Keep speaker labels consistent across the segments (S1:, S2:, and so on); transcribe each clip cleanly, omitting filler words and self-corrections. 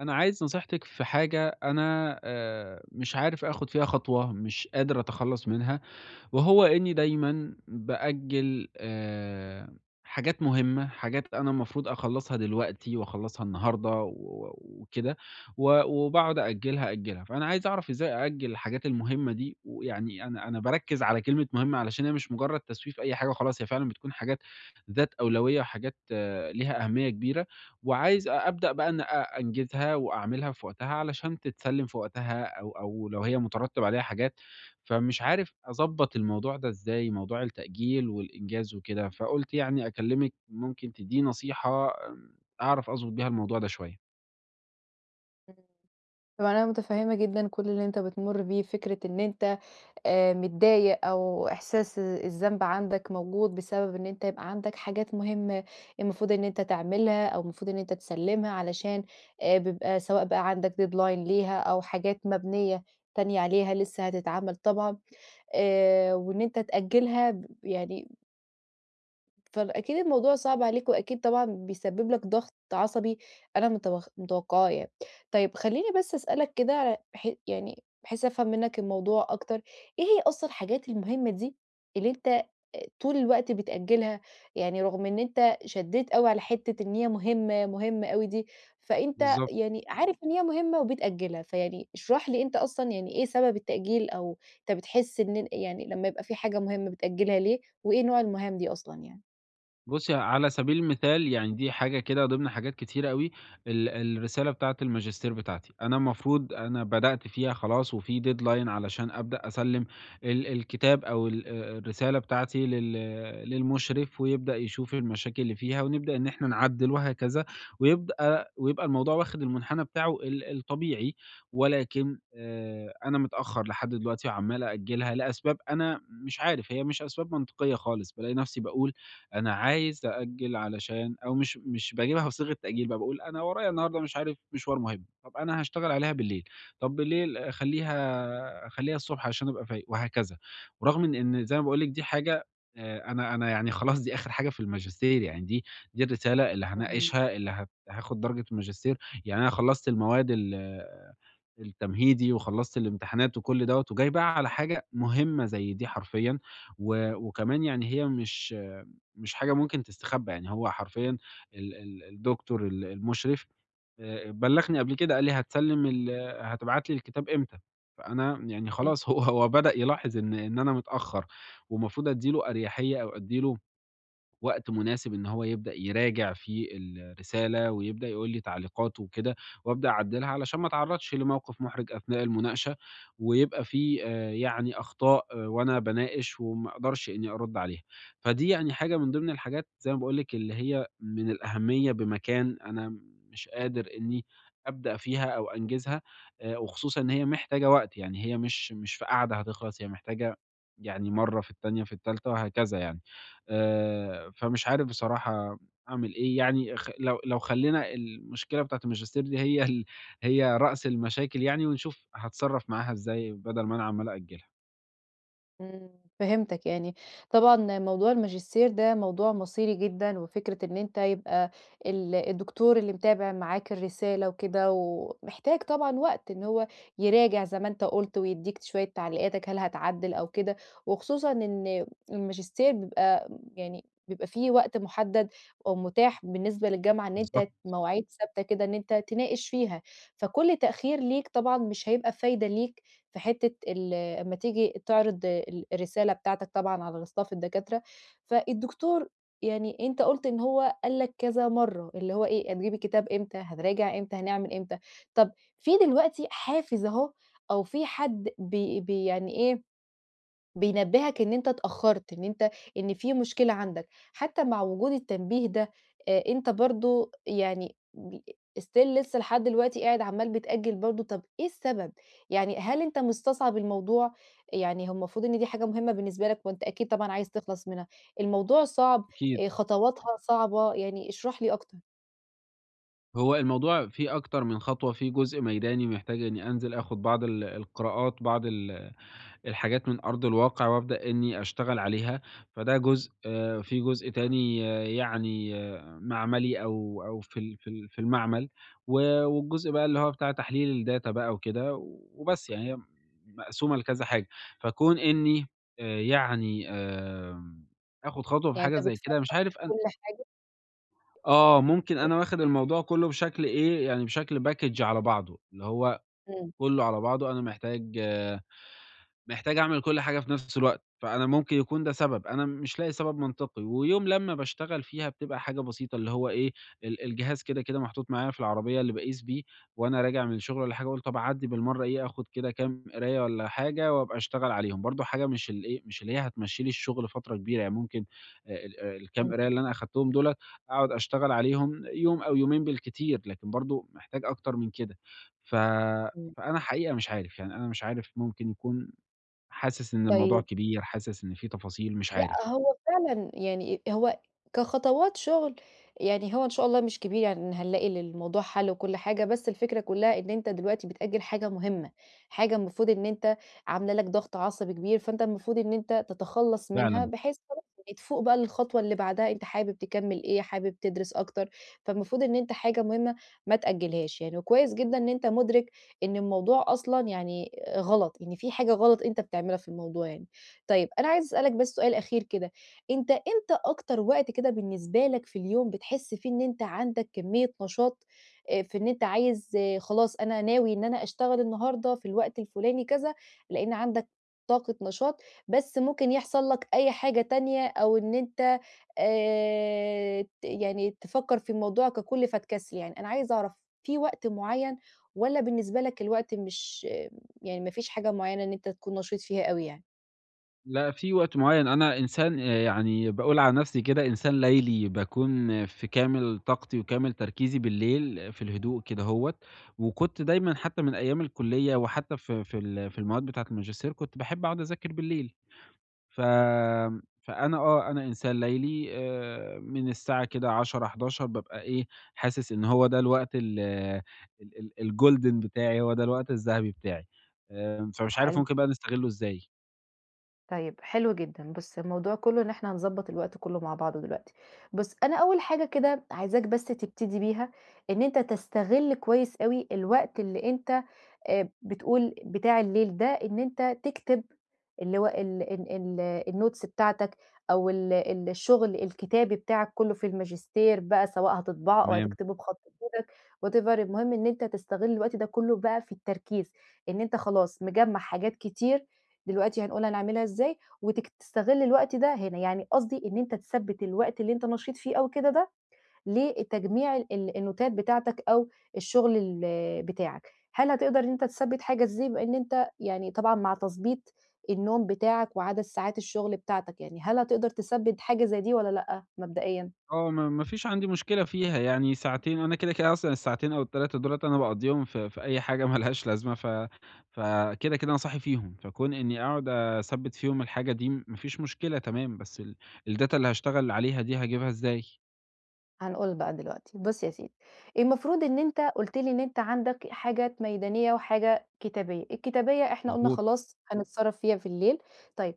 S1: أنا عايز نصيحتِك في حاجة أنا مش عارف آخُد فيها خطوة، مش قادر أتخلّص منها. وهو إنّي دايمًا بأجّل حاجات مهمة، حاجات أنا المفروض أخلّصها دلوقتي وأخلّصها النهارده وكده. وباقعد أأجّلها، أأجّلها. فأنا عايز أعرف إزاي أأجّل الحاجات المهمة دي، ويعني أنا باركّز على كلمة مهمة علشان هي مش مجرّد تسويف أي حاجة وخلاص، هي فعلًا بتكون حاجات ذات أولوية وحاجات ليها أهمية كبيرة، وعايز أبدأ بقى إن أنجزها وأعملها في وقتها علشان تتسلّم في وقتها أو لو هي مترتّب عليها حاجات. فمش عارف أضبّط الموضوع ده إزاي، موضوع التأجيل والإنجاز وكده. فقُلت يعني أكلّمِك ممكن تدّيني نصيحة، أعرف أضبط بيها الموضوع ده شوية.
S2: إمم. طبعًا أنا متفهّمة جدًا كل اللي أنت بتمُر بيه، فكرة إن أنت متضايق أو إحساس الذنب عندك موجود بسبب إن أنت يبقى عندك حاجات مهمة المفروض إن أنت تعملها أو المفروض إن أنت تسلِّمها علشان بيبقى سواء بقى عندك deadline ليها أو حاجات مبنية تانية عليها لسه هتتعمل طبعًا، وإن أنت تأجّلها يعني فأكيد الموضوع صعب عليك، وأكيد طبعًا بيسبب لك ضغط عصبي أنا متوقعاه يعني. طيب خلّيني بس أسألك كده على بح يعني بحيث أفهم منّك الموضوع أكتر، إيه هي أصلًا الحاجات المهمة دي اللي أنت طول الوقت بتأجّلها؟ يعني رغم إن أنت شدّيت أوي على حتّة إن هي مهمة، مهمة أوي دي، فأنت
S1: بالضبط.
S2: يعني عارف إن هي مهمة وبتأجّلها، فيعني اشرح لي أنت أصلًا يعني إيه سبب التأجيل أو أنت بتحس إن يعني لمّا يبقى في حاجة مهمة بتأجّلها ليه، وإيه نوع المهام دي أصلًا يعني؟
S1: بُصّي، على سبيل المثال يعني دي حاجة كده ضمن حاجات كتيرة أوي. ال الرسالة بتاعة الماجستير بتاعتي، أنا المفروض بدأت فيها خلاص وفي deadline علشان أبدأ أسلِّم الكتاب أو ال الرسالة بتاعتي للمُشرف، ويبدأ يشوف المشاكل اللي فيها ونبدأ إحنا نعدِّل وهكذا، ويبقى الموضوع واخد المنحنى بتاعه الطبيعي. ولكن أنا متأخّر لحد دلوقتي وعمّال أأجّلها لأسباب أنا مش عارف، هي مش أسباب منطقية خالص. بالاقي نَفْسي باقول أنا عايز أأجّل علشان، أو مش باجيبها بصيغة تأجيل بقى، باقول أنا ورايا النهارده مش عارف مشوار مهم، طَب أنا هاشتغل عليها بالليل، طَب بالليل خلّيها أخلّيها الصبح عشان أبقى فايق وهكذا. ورغم إن زي ما باقول لِك دي حاجة، أنا يعني خلاص دي آخر حاجة في الماجستير. يعني دي الرسالة اللي
S2: إمم،
S1: هاناقشها، اللي هاخُد درجة الماجستير. يعني أنا خلّصت المواد التمهيدي وخلّصت الامتحانات وكل دوّة وجاي بقى على حاجة مهمة زي دي حرفيًا. وكمان يعني هي مش حاجة ممكن تستخبى. يعني هو حرفيًا ال ال الدكتور المشرف بلّغني قبل كده، قال لي: "هتسلِّم ال هتبعت لي الكتاب إمتى؟" فأنا يعني
S2: إمم،
S1: خلاص هو بدأ يلاحظ إن أنا متأخّر. والمفروض أدّي له أريحية أو أدّي له وقت مناسب إن هو يبدأ يراجع فيه الرسالة ويبدأ يقول لي تعليقاته وكده، وأبدأ أعدِّلها علشان ما أتعرّضش لموقف محرج أثناء المناقشة، ويبقى في يعني أخطاء، وأنا باناقش وما أقدرش إني أرُدّ عليها. فدي يعني حاجة من ضمن الحاجات زي ما باقول لِك اللي هي من الأهمية بمكان أنا مش قادر إني أبدأ فيها أو أنجزها، وخصوصًا إن هي محتاجة وقت. يعني هي مش في قعدة هتخلص، هي محتاجة يعني مرّة، في التانية، في التالتة وهكذا يعني. فمش عارف بصراحة أعمل إيه. يعني خ لو لو خلّينا المشكلة بتاعة الماجستير دي هي هي رأس المشاكل يعني، ونشوف هاتصرّف معاها إزاي بدل ما أنا عمّال أأجّلها.
S2: إمم، فهمتك يعني طبعًا موضوع الماجستير ده موضوع مصيري جدًا، وفكرة إن أنت يبقى الدكتور اللي متابع معاك الرسالة وكده، ومحتاج طبعًا وقت إن هو يراجع زي ما أنت قُلت، ويدّيك شوية تعليقاتك هل هتعدّل أو كده، وخصوصًا إن الماجستير بيبقى يعني بيبقى في وقت محدد أو متاح بالنسبة للجامعة إن أنت
S1: بالضبط.
S2: مواعيد ثابتة كده إن أنت تناقش فيها، فكل تأخير ليك طبعًا مش هيبقى فايدة ليك في حتة ال أمّا تيجي تعرض الرسالة بتاعتك طبعًا على غِصّاف الدكاترة، فالدكتور يعني أنت قُلت إن هو قال لك كذا مرّة، اللي هو إيه، هتجيب الكتاب إمتى، هنراجع إمتى، هنعمل إمتى، طَب في دلوقتي حافز أهو أو في حد بي بي يعني إيه بينبهك إن أنت اتأخرت، إن أنت إن في مشكلة عندك، حتى مع وجود التنبيه ده أنت برضه يعني still لسه لحد دلوقتي قاعد عمّال بتأجل برضه، طب إيه السبب؟ يعني هل أنت مستصعب الموضوع؟ يعني هو المفروض إن دي حاجة مهمة بالنسبة لك وأنت أكيد طبعًا عايز تخلص منها، الموضوع صعب،
S1: أكيد.
S2: خطواتها صعبة، يعني اشرح لي أكتر،
S1: هو الموضوع فيه أكتر من خطوة، فيه جزء ميداني محتاج إني أنزل آخُد بعض القراءات، بعض الحاجات من أرض الواقع وأبدأ إني أشتغل عليها. فده جزء. في جزء تاني معملي، أو أو في المعمل. والجزء بقى اللي هو بتاع تحليل الdata بقى وكده وبس. يعني هي مقسومة لكذا حاجة. فكون إني يعني آمم، آخد خطوة في
S2: يعني أنت
S1: حاجة زي
S2: بتفكر
S1: كده مش
S2: في
S1: عارف أنا.
S2: كل حاجة؟
S1: ممكن أنا واخد الموضوع كله بشكل إيه، يعني بشكل package على بعضه، اللي هو
S2: إمم،
S1: كله على بعضه أنا محتاج محتاج أعمل كل حاجة في نفس الوقت. فأنا ممكن يكون ده سبب، أنا مش لاقي سبب منطقي. ويوم لمّا باشتغل فيها بتبقى حاجة بسيطة، اللي هو إيه، الجهاز كده، كده محطوط معايا في العربية اللي باقيس بيه وأنا راجع من الشغل والّا حاجة، قُلت طَب أعدّي بالمرّة إيه، آخُد كده كام قراية والّا حاجة وأبقى أشتغل عليهم. برضه حاجة مش الإيه، مش اللي هي هتمشّي لي الشغل فترة كبيرة، يعني ممكن ال آه،
S2: إمم،
S1: الكام قراية اللي أنا أخدتهم دُولة أقعد أشتغل عليهم يوم أو يومين بالكتير، لكن برضه محتاج أكتر من كده. ف
S2: إمم،
S1: فأنا حقيقة مش عارف. يعني أنا مش عارف، ممكن يكون حاسس إن الموضوع
S2: طيب
S1: كبير، حاسس إن في تفاصيل، مش عارف.
S2: لأ، هو فعلًا يعني هو كخطوات شغل، يعني هو إن شاء الله مش كبير، يعني هنلاقي للموضوع حل وكل حاجة، بس الفكرة كلّها إن أنت دلوقتي بتأجّل حاجة مهمة، حاجة المفروض إن أنت عاملة لك ضغط عصبي كبير، فأنت المفروض إن أنت تتخلّص منها
S1: فعلًا.
S2: بحيث خلاص يعني تفوق بقى للخطوة اللي بعدها، أنت حابب تكمّل إيه، حابب تدرس أكتر، فالمفروض إن أنت حاجة مهمة ما تأجّلهاش يعني، وكويس جدًا إن أنت مُدرك إن الموضوع أصلًا يعني غلط، إن في حاجة غلط أنت بتعملها في الموضوع يعني. طيب أنا عايزة أسألك بس سؤال أخير كده، أنت إمتى أكتر وقت كده بالنسبة لك في اليوم بتحس فيه إن أنت عندك كمية نشاط في إن أنت عايز آه، خلاص أنا ناوي إن أنا أشتغل النهارده في الوقت الفلاني كذا، لإن عندك طاقة نشاط، بس ممكن يحصل لك أي حاجة تانية أو إن أنت ت يعني تفكر في الموضوع ككل فتكسل يعني، أنا عايزة أعرف في وقت معين والّا بالنسبة لك الوقت مش آه، يعني ما فيش حاجة معينة إن أنت تكون نشيط فيها أوي يعني؟
S1: لأ، في وقت معيّن. أنا إنسان يعني باقول على نفسي كده إنسان ليلي، باكون في كامل طاقتي وكامل تركيزي بالليل في الهدوء كدهوّة. وكنت دايمًا حتى من أيام الكلية وحتى في المواد بتاعة الماجستير، كنت باحب أقعد أذاكر بالليل. ف فأنا أنا إنسان ليلي، من الساعة كده 22:00، 23:00 بابقى إيه، حاسس إن هو ده الوقت ال ال ال الgolden بتاعي، هو ده الوقت الذهبي بتاعي. فمش عارف
S2: حلو
S1: ممكن بقى نستغله إزاي.
S2: طيب حلو جدًا، بُص الموضوع كلّه إن إحنا هنضبّط الوقت كلّه مع بعضه دلوقتي، بُص أنا أول حاجة كده عايزاك بس تبتدي بيها إن أنت تستغل كويس أوي الوقت اللي أنت بتقول بتاع الليل ده إن أنت تكتب اللي هو ال ال ال الnotes بتاعتك أو ال ال الشغل الكتابي بتاعك كلّه في الماجستير بقى سواء هتطبعه أو
S1: تمام.
S2: هتكتبه بخط إيدك whatever المهم إن أنت تستغل الوقت ده كلّه بقى في التركيز، إن أنت خلاص مجمّع حاجات كتير دلوقتي هنقول هنعملها إزاي وتك تستغل الوقت ده هنا، يعني قصدي إن أنت تثبّت الوقت اللي أنت نشيط فيه أوي كده ده لتجميع النوتات بتاعتك أو الشغل بتاعك. هل هتقدر إن أنت تثبّت حاجة إزاي بما إن أنت يعني طبعًا مع تضبيط النوم بتاعك وعدد ساعات الشغل بتاعتك يعني، هل هتقدر تثبّت حاجة زي دي والّا لأ مبدئيًا؟
S1: آه، ما فيش عندي مشكلة فيها. يعني ساعتين أنا كده، كده أصلًا الساعتين أو ال3 دُولة أنا باقضّيهم في أي حاجة ما لهاش لازمة. فكده، كده أنا صاحي فيهم، فكون إني أقعد أثبِّت فيهم الحاجة دي ما فيش مشكلة تمام. بس الdata اللي هاشتغل عليها دي هاجيبها إزاي؟
S2: هنقول بقى دلوقتي، بُص يا سيدي، المفروض إن أنت قُلت لي إن أنت عندك حاجات ميدانية وحاجة كتابية، الكتابية إحنا قُلنا
S1: مضبوط.
S2: خلاص هنتصرّف فيها في الليل، طيب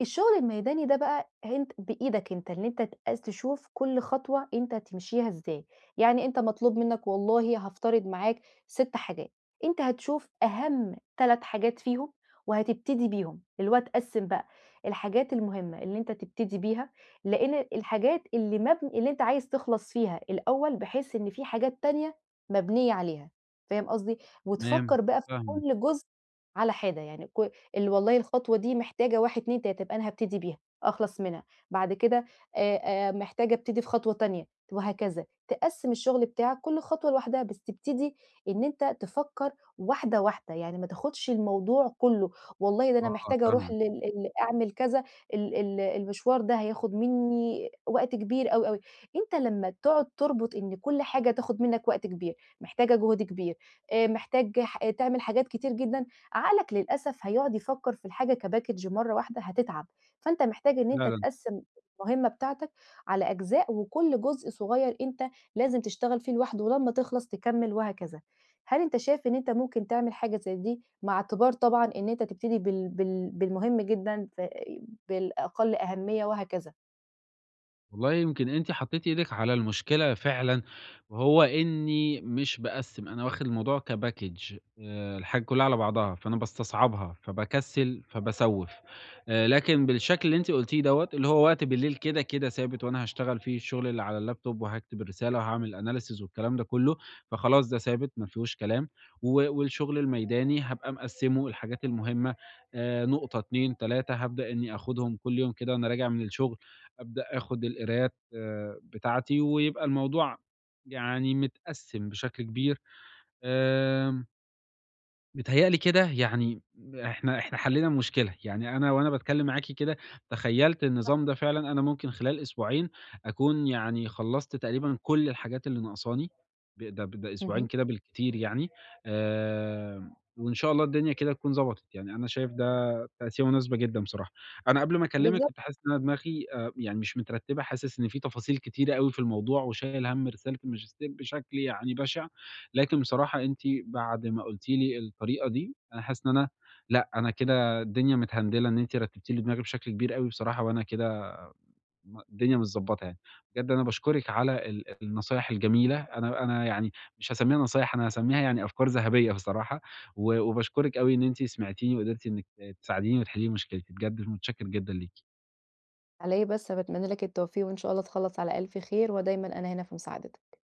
S2: الشغل الميداني ده بقى أنت بإيدك أنت، إن أنت تشوف كل خطوة أنت تمشيها إزاي، يعني أنت مطلوب منك والله هافترض معاك 6 حاجات، أنت هتشوف أهم 3 حاجات فيهم وهتبتدي بيهم، اللي هو تقسّم بقى الحاجات المهمة اللي أنت تبتدي بيها، لإن الحاجات اللي أنت عايز تخلص فيها الأول بحيث إن في حاجات تانية مبنية عليها، فاهم قصدي؟
S1: تمام،
S2: وتفكّر بقى في
S1: فاهمِك.
S2: كل جزء على حدة، يعني ك ال والله الخطوة دي محتاجة 1، 2، 3 يبقى أنا هابتدي بيها، أخلص منها، بعد كده آآ محتاجة أبتدي في خطوة تانية، وهكذا. تقسّم الشغل بتاعك كل خطوة لوحدها، بس تبتدي إن أنت تفكّر واحدة، واحدة، يعني ما تاخدش الموضوع كُلّه، والله ده أنا
S1: آه،
S2: محتاجة أروح
S1: فاهمِك.
S2: لل ال أعمل كذا، ال ال المشوار ده هياخد منّي وقت كبير أوي، أوي. أنت لمّا تقعد تربط إن كل حاجة تاخد منّك وقت كبير، محتاجة جهد كبير، محتاج ح تعمل حاجات كتير جدًا، عقلك للأسف هيقعد يفكر في الحاجة كباكج مرة واحدة هتتعب، فأنت محتاج إن أنت
S1: لا، لا،
S2: تقسّم المهمة بتاعتك على أجزاء، وكل جزء صغير أنت لازم تشتغل فيه لوحده، ولمّا تخلص تكمّل وهكذا. هل أنت شايف إن أنت ممكن تعمل حاجة زي دي، مع اعتبار طبعًا إن أنت تبتدي بالمهم جدًا ف بالأقل أهمية وهكذا؟
S1: والله يمكن أنتِ حطيتِ إيدِك على المشكلة فعلًا، وهو إني مش باقسّم، أنا واخد الموضوع كpackage. الحاجة كلّها على بعضها، فأنا باستصعبها، فباكسّل، فباسوّف. لكن بالشكل اللي أنتِ قلتيه دوّة، اللي هو وقت بالليل كده، كده ثابت وأنا هاشتغل فيه الشغل اللي على اللابتوب وهاكتب الرسالة وهاعمل analysis والكلام ده كلّه. فخلاص ده ثابت ما فيهوش كلام. والشغل الميداني هابقى مقسّمه الحاجات المهمة، نقطة، 2، 3 هابدأ إني آخدهم كل يوم كده وأنا راجع من الشغل. أبدأ آخُد القرايات بتاعتي، ويبقى الموضوع يعني متقسّم بشكل كبير. آآ بيتهيأ لي كده يعني إحنا حلّينا المشكلة. يعني أنا وأنا باتكلّم معاكِ كده تخيّلت النظام ده، فعلًا أنا ممكن خلال أسبوعين أكون يعني خلّصت تقريبًا كل الحاجات اللي ناقصاني، ب ده أسبوعين
S2: اهم.
S1: كده بالكتير يعني. آمم، وإن شاء الله الدنيا كده تكون ضبطت. يعني أنا شايف ده تقسيمة مناسبة جدًا بصراحة. أنا قبل ما أكلّمِك
S2: بالضبط،
S1: كنت حاسس إن أنا دماغي يعني مش مترتّبة، حاسس إن في تفاصيل كتيرة أوي في الموضوع وشايل هَم رسالة الماجستير بشكل يعني بشع. لكن بصراحة أنتِ بعد ما قُلتِ لي الطريقة دي، أنا حاسس إن أنا لأ، أنا كده الدنيا متهندلة، إن أنتِ رتّبتِ لي دماغي بشكل كبير أوي بصراحة. وأنا كده م الدنيا متضبّطة يعني. بجد أنا باشكرِك على النصايح الجميلة. أنا يعني مش هاسمّيها نصايح، أنا هاسمّيها يعني أفكار ذهبية بصراحة. وباشكرِك أوي إن أنتِ سمعتيني وقدرتِ إنِّك تساعديني وتحلّي لي مشكلتي، بجد متشكر جدًا ليكِ.
S2: على إيه بس، باتمنى لك التوفيق، وإن شاء الله تخلّص على ألف خير، ودايمًا أنا هنا في مساعدتك.